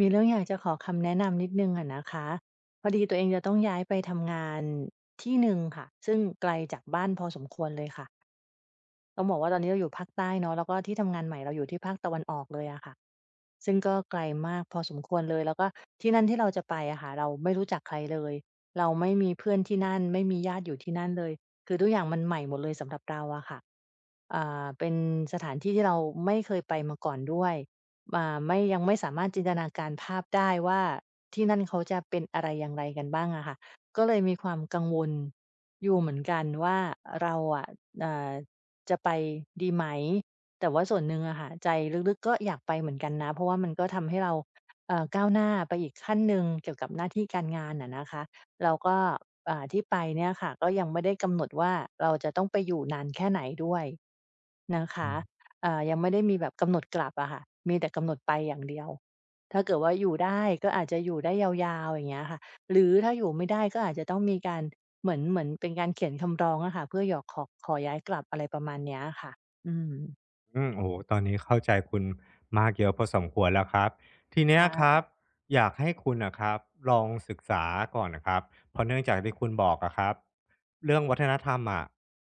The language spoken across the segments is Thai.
มีเรื่องอยากจะขอคำแนะนำนิดหนึ่งอะนะคะพอดีตัวเองจะต้องย้ายไปทำงานที่หนึ่งค่ะซึ่งไกลจากบ้านพอสมควรเลยค่ะต้องบอกค่ะซึ่งก็ไกลมากพอสมควรเลยแล้วก็ที่นั่นที่เราจะไปอะค่ะเราไม่รู้จักใครเลยเราไม่มีเพื่อนที่นั่นไม่มีญาติอยู่ที่นั่นเลย เราอะค่ะเป็นสถานที่ที่เราไม่เคยไปมาก่อนด้วยไม่ยังไม่สามารถจินตนาการภาพได้ว่าที่นั่นเขาจะเป็นอะไรอย่างไรกันบ้างอะค่ะก็เลยมีความกังวลอยู่เหมือนกันว่าเราอะอ่าจะไปดีไหมแต่ว่าส่วนหนึ่งอะค่ะใจลึกๆก็อยากไปเหมือนกันนะเพราะว่ามันก็ทำให้เราก้าวหน้าไปอีกขั้นหนึ่งเกี่ยวกับหน้าที่การงานอะนะคะ เราก็ที่ไปเนี่ยค่ะก็ยังไม่ได้กำหนดว่าเราจะต้องไปอยู่นานแค่ไหนด้วยนะคะอืยังไม่ได้มีแบบกำหนดกลับอะค่ะมีแต่กำหนดไปอย่างเดียวถ้าเกิดว่าอยู่ได้ก็อาจจะอยู่ได้ยาวๆอย่างเงี้ยค่ะหรือถ้าอยู่ไม่ได้ก็อาจจะต้องมีการเหมือนเป็นการเขียนคำร้องอะค่ะเพื่อหยอกขอย้ายกลับอะไรประมาณเนี้ยค่ะอืมโอ้โหตอนนี้เข้าใจคุณมากเยอะพอสมควรแล้วครับทีเนี้ยครัค่ะบอยากให้คุณนะครับลองศึกษาก่อนนะครับเพราะเนื่องจากที่คุณบอกอะครับเรื่องวัฒนธรรมอะ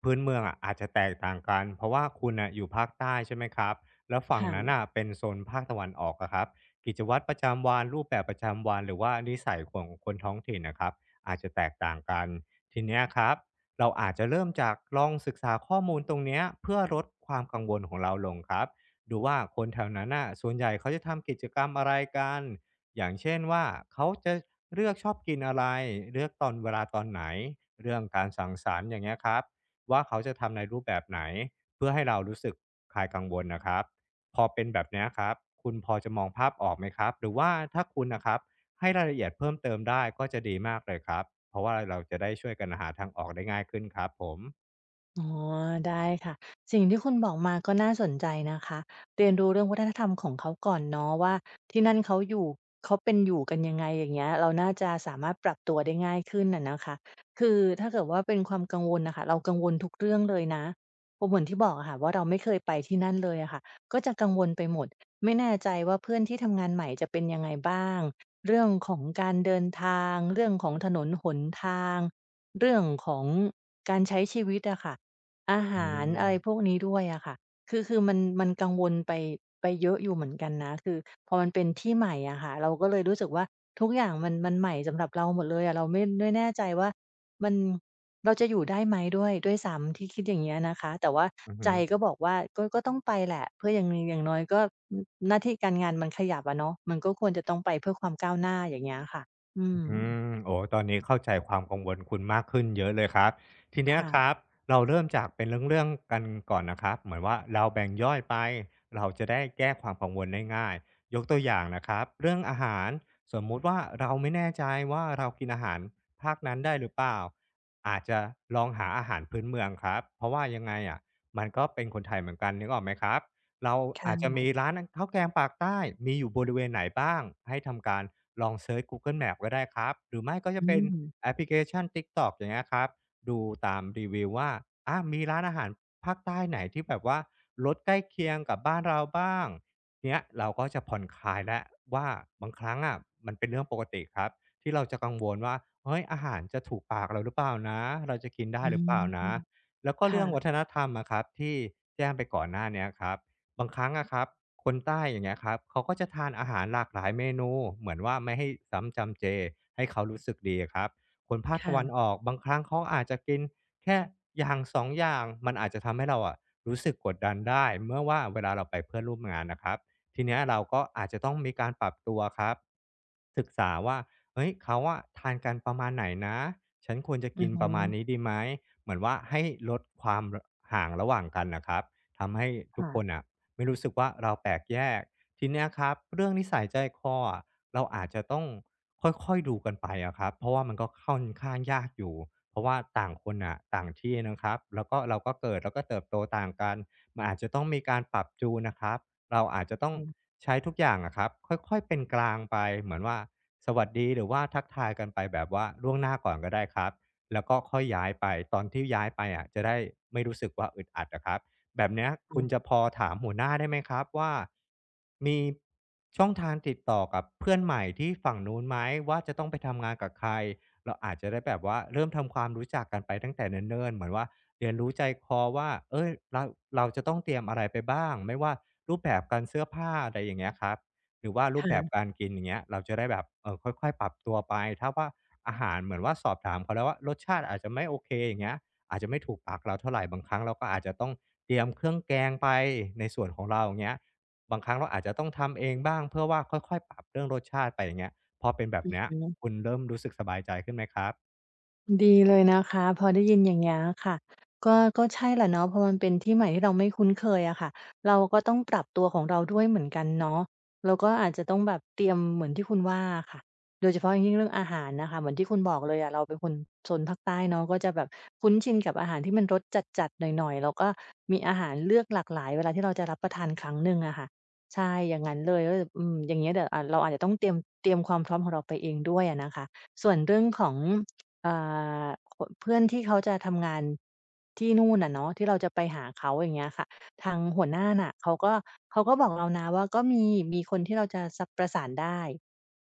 พื้นเมืองอะอาจจะแตกต่างกันเพราะว่าคุณอ่ะอยู่ภาคใต้ใช่ไหมครับแล้วฝั่งนั้นค่ะ อ่ะเป็นโซนภาคตะวันออกอะครับกิจวัตรประจำวันรูปแบบประจำวันหรือว่านิสัยของคนท้องถิ่นนะครับอาจจะแตกต่างกันทีเนี้ยครับ เราอาจจะเริ่มจากลองศึกษาข้อมูลตรงเนี้ยเพื่อลดความกังวลของเราลงครับ ดูว่าคนแถวนั้นน่ะส่วนใหญ่เขาจะทำกิจกรรมอะไรกัน อย่างเช่นว่าเขาจะเลือกชอบกินอะไร เลือกตอนเวลาตอนไหนเรื่องการสังสรรค์อย่างเงี้ยครับว่าเขาจะทำในรูปแบบไหนเพื่อให้เรารู้สึกคลายกังวลนะครับพอเป็นแบบเนี้ยครับคุณพอจะมองภาพออกไหมครับหรือว่าถ้าคุณนะครับ ให้รายละเอียดเพิ่มเติมได้ก็จะดีมากเลยครับ เพราะว่าเราจะได้ช่วยกันหาทางออกได้ง่ายขึ้นครับผมอ๋อได้ค่ะสิ่งที่คุณบอกมาก็น่าสนใจนะคะเรียนรู้เรื่องวัฒนธรรมของเขาก่อนเนาะว่าที่นั่นเขาอยู่เขาเป็นอยู่กันยังไงอย่างเงี้ยเราน่าจะสามารถปรับตัวได้ง่ายขึ้นน่ะนะคะคือถ้าเกิดว่าเป็นความกังวลน่ะค่ะเรากังวลทุกเรื่องเลยนะเพราะเหมือนที่บอกอะค่ะว่าเราไม่เคยไปที่นั่นเลยอะค่ะก็จะกังวลไปหมดไม่แน่ใจว่าเพื่อนที่ทำงานใหม่จะเป็นยังไงบ้างเรื่องของการเดินทางเรื่องของถนนหนทางเรื่องของการใช้ชีวิตอะค่ะ อาอืหารอะไรพวกมนี้ด้วยอะค่ะคือมันกังวลไปเยอะอยู่เหมือนกันนะคือพอมันเป็นที่ใหม่อะค่ะ เราก็เลยรู้สึกว่าทุกอย่างมันใหม่สำหรับเราหมดเลยอะเราไม่แน่ใจว่ามันเราจะอยู่ได้ไหมด้วยซ้ำที่คิดอย่างเงี้ยนะคะแต่ว่าอืใจม ก็บอกว่าก็ต้องไปแหละเพื่ออย่างน้อยก็หน้าที่การงานมันขยับอะเนาะมันก็ควรจะต้องไปเพื่อความก้าวหน้าอย่างเงี้ยค่ะอือมืมโอ้ตอนนี้เข้าใจความกังวลคุณมากขึ้นเยอะเลยครับทีเนี้ยครัค่ะบเราเริ่มจากเป็นเรื่องๆกันก่อนนะครับเหมือนว่าเราแบ่งย่อยไปเราจะได้แก้ความกังวลได้ง่ายยกตัวอย่างนะครับเรื่องอาหารสมมุติว่าเราไม่แน่ใจว่าเรากินอาหารภาคนั้นได้หรือเปล่าอาจจะลองหาอาหารพื้นเมืองครับเพราะว่ายังไงอะมันก็เป็นคนไทยเหมือนกันนึกออกไหมครับ เราค่อาจจะะมีร้านข้าวแกงปากใต้มีอยู่บริเวณไหนบ้างให้ทำการลองเซิร์ช Google Map ก็ได้ครับหรือไม่ก็จะอืเป็นมแอปพลิเคชัน TikTok อย่างเงี้ยครับดูตามรีวิวว่าอะมีร้านอาหารภาคใต้ไหนที่แบบว่ารสใกล้เคียงกับบ้านเราบ้างเนี้ยเราก็จะผ่อนคลายแล้วว่าบางครั้งอะมันเป็นเรื่องปกติครับที่เราจะกังวลว่าเฮ้ยอาหารจะถูกปากเราหรือเปล่านะเราจะกินได้อืหรือมเปล่านะแล้วก็เรื่องวัฒค่ะนธรรมอะครับที่แจ้งไปก่อนหน้าเนี้ยครับ บางครั้งอะครับคนใต้อย่างเงี้ยครับเขาก็จะทานอาหารหลากหลายเมนูเหมือนว่าไม่ให้ซ้ำจำเจให้เขารู้สึกดีครับคนภาคตะวันอค่ะอก บางครั้งเขาอาจจะกินแค่อย่าง2องอย่างมันอาจจะทำให้เราอะรู้สึกกดดันได้ เมื่อว่าเวลาเราไปเพื่อนร่วมงานนะครับทีเนี้ยเราก็อาจจะต้องมีการปรับตัวครับศึกษาว่าเฮ้ยเขาอะทานกันประมาณไหนนะฉันควรจะอืกิอนฮึ ประมาณนี้ดีไหมเหมือนว่าให้ลดความห่างระหว่างกันนะครับทำให้ทุกคนค่ะอ่ะ ไม่รู้สึกว่าเราแปลกแยกทีเนี้ยครับเรื่องนิสัยใจคออะเราอาจจะต้องค่อยๆดูกันไปอะครับเพราะว่ามันก็ค่อนข้างยากอยู่เพราะว่าต่างคนน่ะต่างที่นะครับแล้วก็เราก็เกิดแล้วก็เติบโตต่างกันมันอาจจะต้องมีการปรับจูนนะครับเราอาจจะต้องอือใช้ทุกอย่างอะครับค่อยๆเป็นกลางไปเหมือนว่าสวัสดีหรือว่าทักทายกันไปแบบว่าล่วงหน้าก่อนก็ได้ครับแล้วก็ค่อยย้ายไปตอนที่ย้ายไปอะจะได้ไม่รู้สึกว่าอึดอัดอะครับ แบบเนี้ยคุณจะฮึพอถามหัวหน้าได้ไหมครับว่ามีช่องทางติดต่อกับเพื่อนใหม่ที่ฝั่งนู้นไหมว่าจะต้องไปทำงานกับใครเราอาจจะได้แบบว่าเริ่มทำความรู้จักกันไปตั้งแต่เนิ่นๆเหมือนว่าเรียนรู้ใจคอว่าเอ้ยเราเราจะต้องเตรียมอะไรไปบ้างไม่ว่ารูปแบบการเสื้อผ้าอะไรอย่างเงี้ยครับหรือว่ารูปแบบค่ะการกินอย่างเงี้ยเราจะได้แบบเออค่อยๆปรับตัวไปถ้าว่าอาหารเหมือนว่าสอบถามเขาแล้วว่ารสชาติอาจจะไม่โอเคอย่างเงี้ย อาจจะไม่ถูกปากเราเท่าไหร่บางครั้งเราก็อาจจะต้องเตรียมเครื่องแกงไปในส่วนของเราอย่างเงี้ยบางครั้งเราอาจจะต้องทำเองบ้างเพื่อว่าค่อยๆปรับเรื่องรสชาติไปอย่างเงี้ยพอเป็นแบบอือเนี้ฮยึ คุณเริ่มรู้สึกสบายใจขึ้นไหมครับดีเลยนะคะพอได้ยินอย่างเงี้ยค่ะก็ใช่แหละเนาะพอมันเป็นที่ใหม่ที่เราไม่คุ้นเคยอะค่ะเราก็ต้องปรับตัวของเราด้วยเหมือนกันเนาะแล้วก็อาจจะต้องแบบเตรียมเหมือนที่คุณว่าอะค่ะโดยเฉพาะอย่างยิ่งเรื่องอาหารนะคะเหมือนที่คุณบอกเลยอะเราเป็นคนโซนภาคใต้เนาะก็จะแบบคุ้นชินกับอาหารที่มันรสจัดๆหน่อยๆแล้วก็มีอาหารเลือกหลากหลายเวลาที่เราจะรับประทานครั้งหนึ่งอะค่ะใช่อย่างงั้นเลยก็จะอย่างเงี้ยเดี๋ยวเราอาจจะต้องเตรียมความพร้อมของเราไปเองด้วยอะนะคะส่วนเรื่องของ อ่าขเพื่อนที่เขาจะทำงานที่นู่นอะเนาะที่เราจะไปหาเขาอย่างเงี้ยค่ะทางหัวหน้าน่ะเขาก็บอกเรานะว่าก็มีคนที่เราจะสประสานได้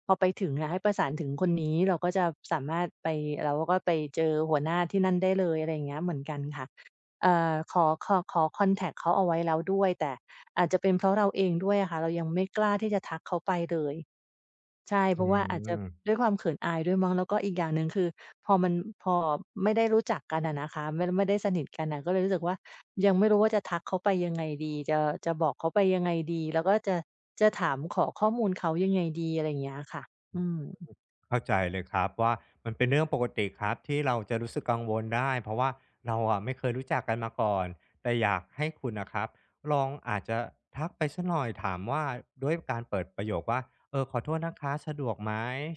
พอไปถึงอะให้ประสานถึงคนนี้เราก็จะสามารถไปเราก็ไปเจอหัวหน้าที่นั่นได้เลยอะไรอย่างเงี้ยเหมือนกันค่ะขอคอนแท็กต์เขาเอาไว้แล้วด้วยแต่อาจจะเป็นเพราะเราเองด้วยอะค่ะเรายังไม่กล้าที่จะทักเขาไปเลย ใช่เพอืราะว่าอาจจะม ด้วยความเขินอายด้วยมั้งแล้วก็อีกอย่างหนึ่งคือพอมันพอไม่ได้รู้จักกันอะนะคะไม่ได้สนิทกันน่ะก็เลยรู้สึกว่ายังไม่รู้ว่าจะทักเขาไปยังไงดีจะบอกเขาไปยังไงดีแล้วก็จะถามขอข้อมูลเขายังไงดีอะไรอย่างเงี้ยค่ะอืมเข้าใจเลยครับว่ามันเป็นเรื่องปกติครับที่เราจะรู้สึกกังวลได้เพราะว่าเราอะไม่เคยรู้จักกันมาก่อนแต่อยากให้คุณนะครับลองอาจจะทักไปสักหน่อยถามว่าด้วยการเปิดประโยคว่าขอโทษนะคะสะดวกไหม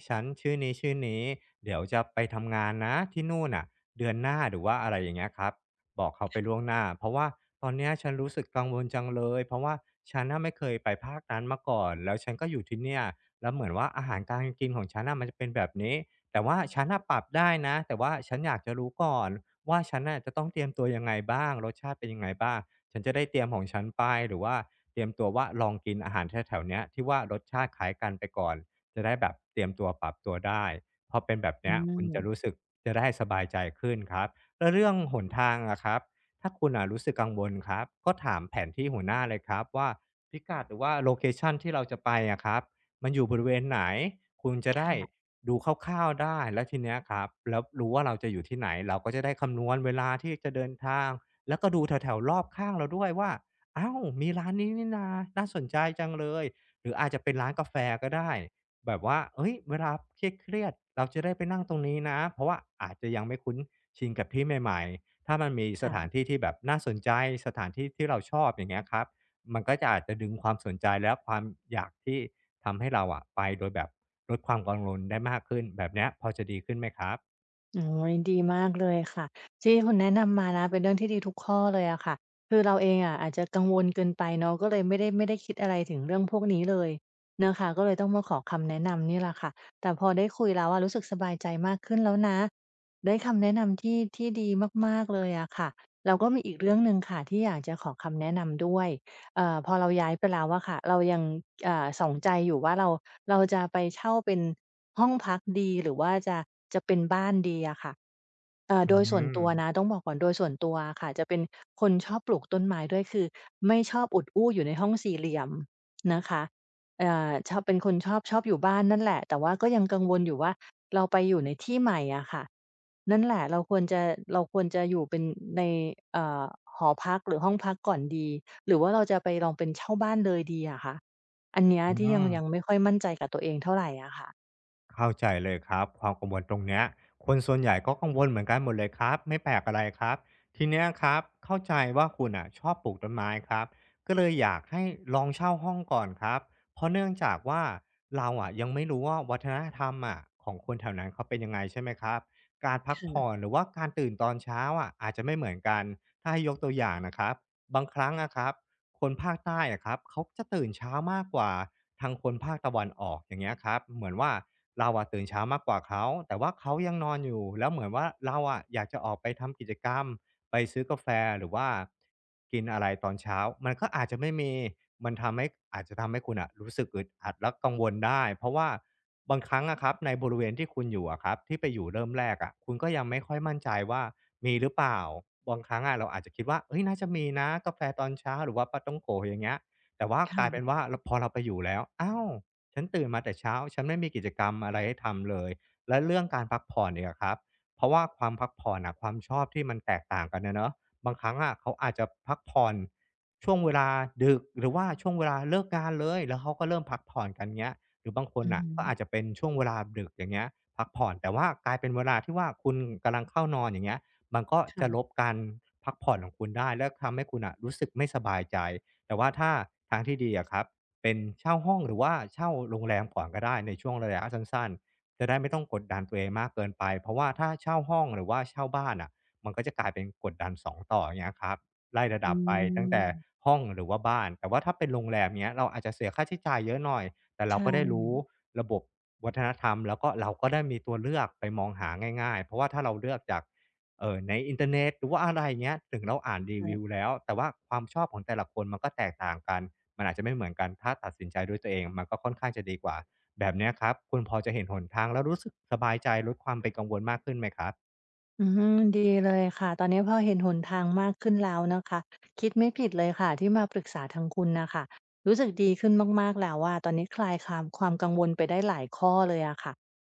ฉันชื่อนี้ชื่อนี้เดี๋ยวจะไปทำงานนะที่นู่นอ่ะเดือนหน้าหรือว่าอะไรอย่างเงี้ยครับบอกเขาไปล่วงหน้าเพราะว่าตอนเนี้ยฉันรู้สึกกังวลจังเลยเพราะว่าฉันน่ะไม่เคยไปภาคนั้นมาก่อนแล้วฉันก็อยู่ที่เนี่ย แล้วเหมือนว่าอาหารการกินของฉันน่ะมันจะเป็นแบบนี้แต่ว่าฉันน่ะปรับได้นะแต่ว่าฉันอยากจะรู้ก่อนว่าฉันน่ะจะต้องเตรียมตัวยังไงบ้างรสชาติเป็นยังไงบ้างฉันจะได้เตรียมของฉันไปหรือว่าเตรียมตัวว่าลองกินอาหารแถวๆเนี้ยที่ว่ารสชาติคล้ายกันไปก่อนจะได้แบบเตรียมตัวปรับตัวได้พอเป็นแบบอืเนี้ยคุณมจะรู้สึกจะได้สบายใจขึ้นครับแล้วเรื่องหนทางอะครับถ้าคุณน่ะรู้สึกกังวลครับก็ถามแผนที่หัวหน้าเลยครับว่าพิกัดหรือว่าโลเคชันที่เราจะไปอะครับ มันอยู่บริเวณไหนคุณจะได้ค่ะดูคร่าวๆได้แล้วทีเนี้ยครับแล้วรู้ว่าเราจะอยู่ที่ไหนเราก็จะได้คำนวณเวลาที่จะเดินทางแล้วก็ดูแถวๆรอบข้างเราด้วยว่าอ้าวมีร้านนี้นี่นาน่าสนใจจังเลยหรืออาจจะเป็นร้านกาแฟก็ได้แบบว่าเฮ้ยเวลาเครียดๆเราจะได้ไปนั่งตรงนี้นะเพราะว่าอาจจะยังไม่คุ้นชินกับที่ใหม่ๆถ้ามันมีสถานค่ะ ที่ที่แบบน่าสนใจสถานที่ที่เราชอบอย่างเงี้ยครับมันก็จะอาจจะดึงความสนใจและความอยากที่ ทำให้เราอะไปโดยแบบลดความกังวลได้มากขึ้นแบบเนี้ยพอจะดีขึ้นไหมครับโอ้ยดีมากเลยค่ะที่คุณแนะนำมานะเป็นเรื่องที่ดีทุกข้อเลยอะค่ะคือเราเองอะอาจจะกังวลเกินไปเนาะก็เลยไม่ได้คิดอะไรถึงเรื่องพวกนี้เลยนะคะก็เลยต้องมาขอคำแนะนำนี่แหละค่ะแต่พอได้คุยแล้วอะรู้สึกสบายใจมากขึ้นแล้วนะได้คำแนะนำที่ดีมากๆเลยอะค่ะเราก็มีอีกเรื่องหนึ่งค่ะที่อยากจะขอคำแนะนำด้วย พอเราย้ายไปแล้วอะค่ะเรายังส่องใจอยู่ว่าเราจะไปเช่าเป็นห้องพักดีหรือว่าจะจะเป็นบ้านดีอะค่ะอืโดยส่วนมตัวนะต้องบอกก่อนโดยส่วนตัวอะค่ะจะเป็นคนชอบปลูกต้นไม้ด้วยคือไม่ชอบอุดอู้อยู่ในห้องสี่เหลี่ยมนะคะชอบเป็นคนชอบอยู่บ้านนั่นแหละแต่ว่าก็ยังกังวลอยู่ว่าเราไปอยู่ในที่ใหม่อะค่ะนั่นแหละเราควรจะอยู่เป็นในเอ่อหอพักหรือห้องพักก่อนดีหรือบ้านเลย อืม เข้าใจเลยครับความกังวลตรงเนี้ยคนส่วนใหญ่ก็กังวลเหมือนกันหมดเลยครับไม่แปลกอะไรครับทีเนี้ยครับเข้าใจว่าคุณอ่ะชอบปลูกต้นไม้ครับก็เลยอยากให้ลองเช่าห้องก่อนครับเพราะเนื่องจากว่าเราอ่ะยังไม่รู้ว่าวัฒนธรรมอ่ะของคนแถวนั้นเขาเป็นยังไงใช่ไหมครับการพักผ่อนหรือว่าการตื่นตอนเช้าอ่ะอาจจะไม่เหมือนกันถ้าให้ยกตัวอย่างนะครับบางครั้งนะครับ คนภาคใต้อะครับเขาจะตื่นเช้ามากกว่าทางคนภาคตะวันออกอย่างเงี้ยครับเหมือนว่าเราอะตื่นเช้ามากกว่าเขาแต่ว่าเขายังนอนอยู่แล้วเหมือนว่าเราอะอยากจะออกไปทำกิจกรรมไปซื้อกาแฟหรือว่ากินอะไรตอนเช้ามันก็อาจจะไม่มีมันทำให้อาจจะทำให้คุณอะรู้สึกอึดอัดและกังวลได้เพราะว่า บางครั้งอะครับในบริเวณที่คุณอยู่อะครับที่ไปอยู่เริ่มแรกอะคุณก็ยังไม่ค่อยมั่นใจว่ามีหรือเปล่าบางครั้งอะเราอาจจะคิดว่าเอ้ยน่าจะมีนะกาแฟตอนเช้าหรือว่าปาต้องโกะอย่างเงี้ยแต่ว่ากลายเป็ค่ะนว่าพอเราไปอยู่แล้วอ้าวฉันตื่นมาแต่เช้าฉันไม่มีกิจกรรมอะไรให้ทำเลยและเรื่องการพักผ่อนเนี่ยครับเพราะว่าความพักผ่อนอะความชอบที่มันแตกต่างกันนะเนาะบางครั้งอะเขาอาจจะพักผ่อนช่วงเวลาดึกหรือว่าช่วงเวลาเลิกงานเลยแล้วเขาก็เริ่มพักผ่อนกันเงี้ย หรือบางคนอือน่ะฮึก็อาจจะเป็นช่วงเวลาดึกอย่างเงี้ยพักผ่อนแต่ว่ากลายเป็นเวลาที่ว่าคุณกำลังเข้านอนอย่างเงี้ยมันก็จะลค่ะบการพักผ่อนของคุณได้แล้วทำให้คุณน่ะรู้สึกไม่สบายใจแต่ว่าถ้าทางที่ดีอะครับเป็นเช่าห้องหรือว่าเช่าโรงแรมก่อนก็ได้ในช่วงระยะสั้นๆจะได้ไม่ต้องกดดันตัวเองมากเกินไปเพราะว่าถ้าเช่าห้องหรือว่าเช่าบ้านน่ะมันก็จะกลายเป็นกดดันสองต่ออย่างเงี้ยครับไล่ระอืดับไปตั้งมแต่ห้องหรือว่าบ้านแต่ว่าถ้าเป็นโรงแรมเงี้ยเราอาจจะเสียค่าใช้จ่ายเยอะหน่อย แต่เราใช่ก็ได้รู้ระบบวัฒนธรรมแล้วก็เราก็ได้มีตัวเลือกไปมองหาง่ายๆ เพราะว่าถ้าเราเลือกจากในอินเทอร์เน็ตหรือว่าอะไรเงี้ยถึงเราอ่านรีค่ะวิวแล้วแต่ว่าความชอบของแต่ละคนมันก็แตกต่างกันมันอาจจะไม่เหมือนกันถ้าตัดสินใจด้วยตัวเองมันก็ค่อนข้างจะดีกว่าแบบเนี้ยครับคุณพอจะเห็นหนทางแล้วรู้สึกสบายใจลดความเป็นกังวลมากขึ้นไหมครับ อืมดีเลยค่ะตอนนี้พอเห็นหนทางมากขึ้นแล้วนะคะคิดไม่ผิดเลยค่ะที่มาปรึกษาทางคุณน่ะค่ะรู้สึกดีขึ้นมากๆแล้วอะตอนนี้คลายความกังวลไปได้หลายข้อเลยอะค่ะ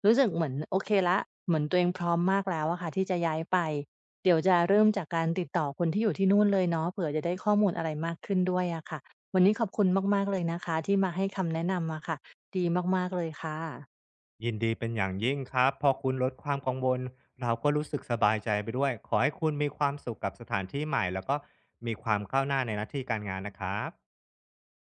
รู้สึกเหมือนโอเคแล้วเหมือนตัวเองพร้อมมากแล้วอะค่ะที่จะย้ายไป เดี๋ยวจะเริ่มจากการติดต่อคนที่อยู่ที่นู่นเลยเนาะเผื่อจะได้ข้อมูลอะไรมากขึ้นด้วยอะค่ะวันนี้ขอบคุณมากๆเลยนะคะที่มาให้คำแนะนำอะค่ะดีมากๆเลยค่ะยินดีเป็นอย่างยิ่งครับพอคุณลดความกังวลเราก็รู้สึกสบายใจไปด้วยขอให้คุณมีความสุขกับสถานที่ใหม่แล้วก็มีความก้าวหน้าในหน้าที่การงานนะครับ